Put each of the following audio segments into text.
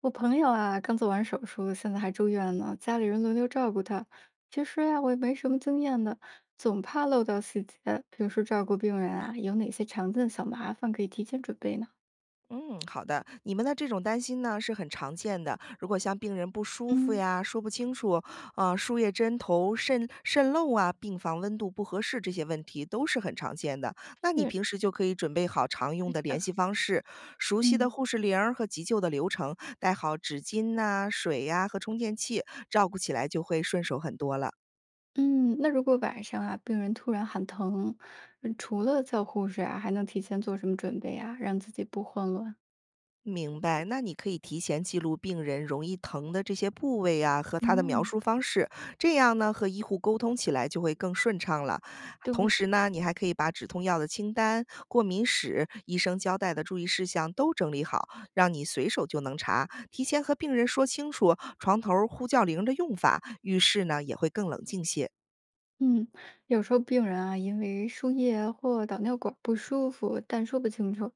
我朋友啊，刚做完手术，现在还住院呢，家里人轮流照顾他。其实呀、我也没什么经验的，总怕漏掉细节。比如说照顾病人啊，有哪些常见小麻烦可以提前准备呢？嗯，好的。你们的这种担心呢是很常见的。如果像病人不舒服嗯，呀、说不清楚啊、输液针头渗漏啊、病房温度不合适这些问题，都是很常见的。那你是平时就可以准备好常用对的联的。系方式、熟悉的嗯护士铃儿和急救的流程，带好纸巾呐、水呀、和充电器，照顾起来就会顺手很多了。嗯，那如果晚上啊，病人突然喊疼，除了叫护士啊，还能提前做什么准备啊，让自己不混乱？明白，那你可以提前记录病人容易疼的这些部位啊和他的描嗯，述方式，这样呢和医护沟通起来就会更顺畅了。同对。时呢，你还可以把止痛药的清单、过敏史、医生交代的注意事项都整理好，让你随手就能查。提前和病人说清楚床头呼叫铃儿的用法，遇事呢也会更冷静些。嗯，有时候病人啊，因为输液或导尿管不舒服，但说不清楚，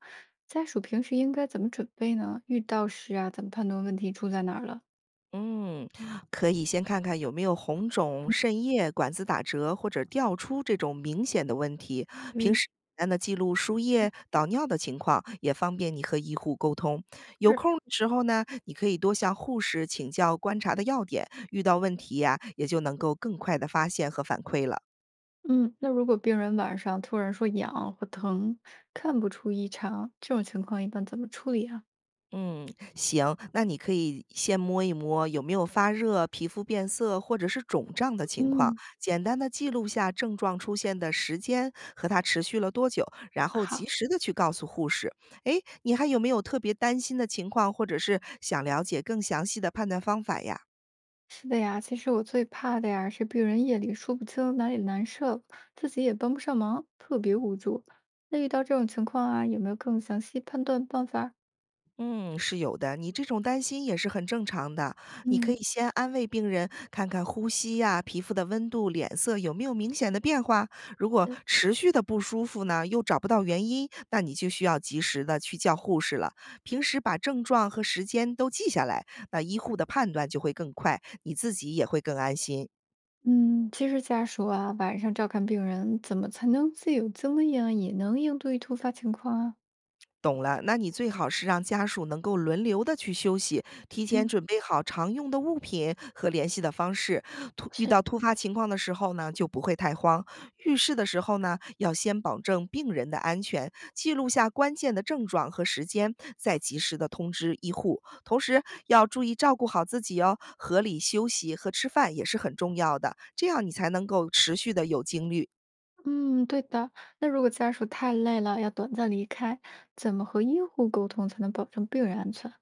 家属平时应该怎么准备呢？遇到时啊，怎么判断问题出在哪儿了？嗯，可以先看看有没有红肿、渗液、管子打折或者掉出这种明显的问题。平对，时简单的记录输液、导尿的情况，也方便你和医护沟通。有是，空的时候呢，你可以多向护士请教观察的要点，遇到问题呀、也就能够更快的发现和反馈了。嗯，那如果病人晚上突然说痒或疼，看不出异常，这种情况一般怎么处理啊？嗯，行，那你可以先摸一摸有没有发热、皮肤变色或者是肿胀的情况，嗯，简单的记录下症状出现的时间和它持续了多久，然后及好，时的去告诉护士。诶，你还有没有特别担心的情况，或者是想了解更详细的判断方法呀？是的呀，其实我最怕的呀是病人夜里说不清哪里难受，自己也帮不上忙，特别无助。那遇到这种情况啊，有没有更详细判断办法儿。嗯，是有的，你这种担心也是很正常的。你可以嗯，先安慰病人，看看呼吸呀、皮肤的温度、脸色有没有明显的变化。如果呃，持续的不舒服呢，又找不到原因，那你就需要及时的去叫护士了。平时把症状和时间都记下来，那医护的判断就会更快，你自己也会更安心。嗯，其实家属啊，晚上照看病人，怎么才能既有经验，也能应对突发情况啊？懂了，那你最好是让家属能够轮流的去休息，提前嗯准备好常用的物品和联系的方式。突遇是，到突发情况的时候呢，就不会太慌。遇事的时候呢，要先保证病人的安全，记录下关键的症状和时间，再及时的通知医护。同时要注意照顾好自己哦，合理休息和吃饭也是很重要的，这样你才能够持续的有精力。嗯，对的。那如果家属太累了，要短暂离开，怎么和医护沟通才能保证病人安全？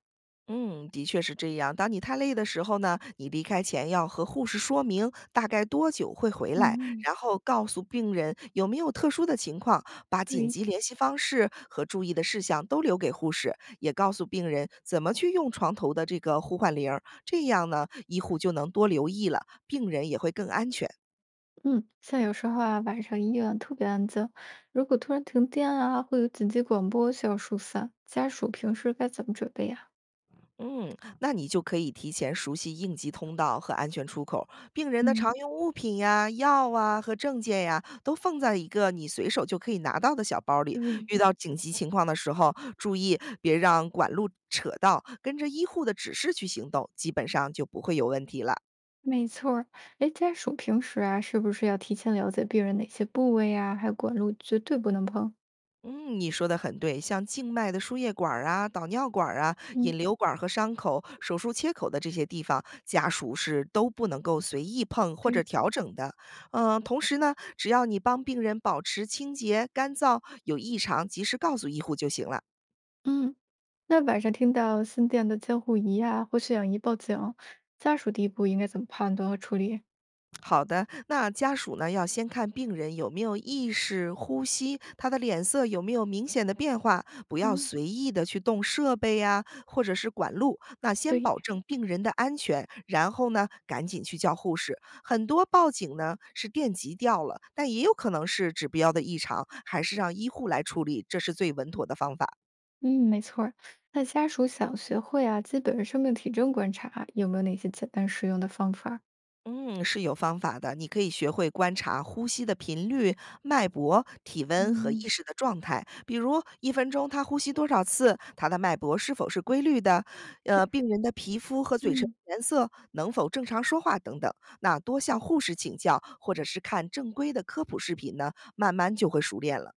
嗯，的确是这样。当你太累的时候呢，你离开前要和护士说明大概多久会回来，嗯，然后告诉病人有没有特殊的情况，把紧对，急联系方式和注意的事项都留给护士，也告诉病人怎么去用床头的这个呼唤铃儿，这样呢，医护就能多留意了，病人也会更安全。嗯，像有时候啊，晚上医院特别安静，如果突然停电啊，会有紧急广播需要疏散，家属平时该怎么准备呀？嗯，那你就可以提前熟悉应急通道和安全出口，病人的常嗯，用物品呀、药啊和证件呀，都放在一个你随手就可以拿到的小包里。对。遇到紧急情况的时候，注意别让管路扯到，跟着医护的指示去行动，基本上就不会有问题了。没错儿，哎，家属平时啊，是不是要提前了解病人哪些部位啊，还有管路绝对不能碰？嗯，你说的很对，像静脉的输液管儿啊、导尿管儿啊、嗯，引流管儿和伤口、手术切口的这些地方，家属是都不能够随意碰或对，者调整的。嗯、同时呢，只要你帮病人保持清洁、干燥，有异常及时告诉医护就行了。嗯，那晚上听到心电的监护仪啊或血氧仪报警，家属第一步应该怎么判断和处理？好的，那家属呢要先看病人有没有意识、呼吸，他的脸色有没有明显的变化，不要嗯，随意的去动设备呀、或者是管路。那先对，保证病人的安全，然后呢赶紧去叫护士。很多报警呢是电极掉了，但也有可能是指标的异常，还是让医护来处理，这是最稳妥的方法。嗯，没错儿。那家属想学会啊，基本生命体征观察，有没有哪些简单实用的方法？嗯，是有方法的。你可以学会观察呼吸的频率、脉搏、体温和意嗯。识的状态。比如，一分钟他呼吸多少次，他的脉搏是否是规律的，病人的皮肤和嘴唇嗯。颜色能否正常说话等等。那多向护士请教，或者是看正规的科普视频呢，慢慢就会熟练了。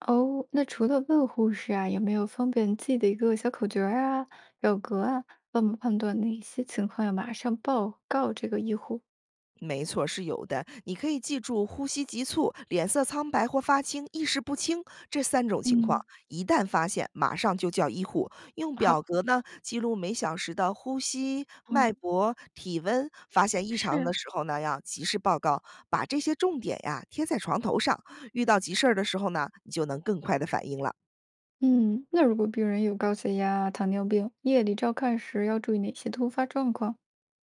哦，那除了问护士啊，有没有方便记的一个小口诀儿啊、表格啊，帮我们判断哪些情况要马上报告这个医护？没错，是有的。你可以记住呼吸急促、脸色苍白或发青、意识不清这三种情况，嗯，一旦发现，马上就叫医护。用表好，格呢记录每小时的呼吸、脉嗯，搏、体温，发现异常的是，时候呢要及时报告。把这些重点呀贴在床头上，遇到急事儿的时候呢，你就能更快的反应了。嗯，那如果病人有高血压、糖尿病，夜里照看时要注意哪些突发状况？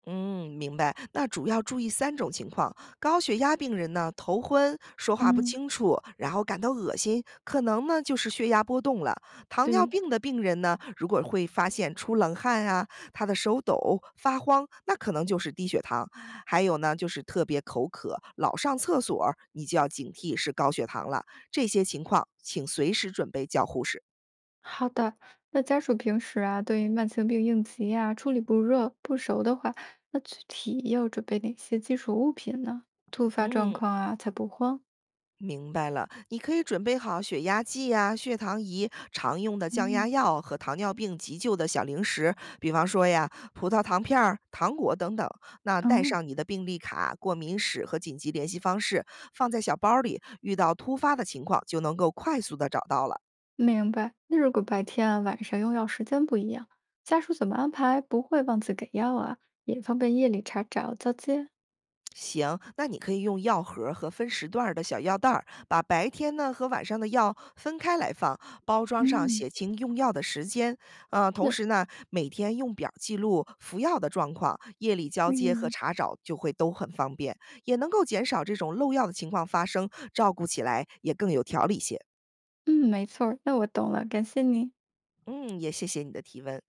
嗯，明白。那主要注意三种情况：高血压病人呢，头昏、说话不嗯，清楚，然后感到恶心，可能呢就是血压波动了；糖尿对，病的病人呢，如果会发现出冷汗啊，他的手抖、发慌，那可能就是低血糖；还有呢，就是特别口渴、老上厕所，你就要警惕是高血糖了。这些情况，请随时准备叫护士。好的。那家属平时啊，对慢性病应急啊，处理不热不熟的话，那具体要准备哪些基础物品呢？突发状嗯。况啊，才不慌。明白了，你可以准备好血压计呀、血糖仪、常用的降压嗯。药和糖尿病急救的小零食，比方说呀，葡萄糖片儿、糖果等等。那带哦，上你的病历卡、过敏史和紧急联系方式，放在小包里，遇到突发的情况就能够快速的找到了。明白。那如果白天啊、晚上用药时间不一样，家属怎么安排不会忘记给药啊？也方便夜里查找交接。行，那你可以用药盒儿和分时段儿的小药袋儿，把白天呢和晚上的药分开来放，包装上嗯，写清用药的时间。同是，时呢，每天用表记录服药的状况，夜里交接和嗯查找就会都很方便，也能够减少这种漏药的情况发生，照顾起来也更有条理些。嗯，没错儿那我懂了，感谢你。嗯，也谢谢你的提问。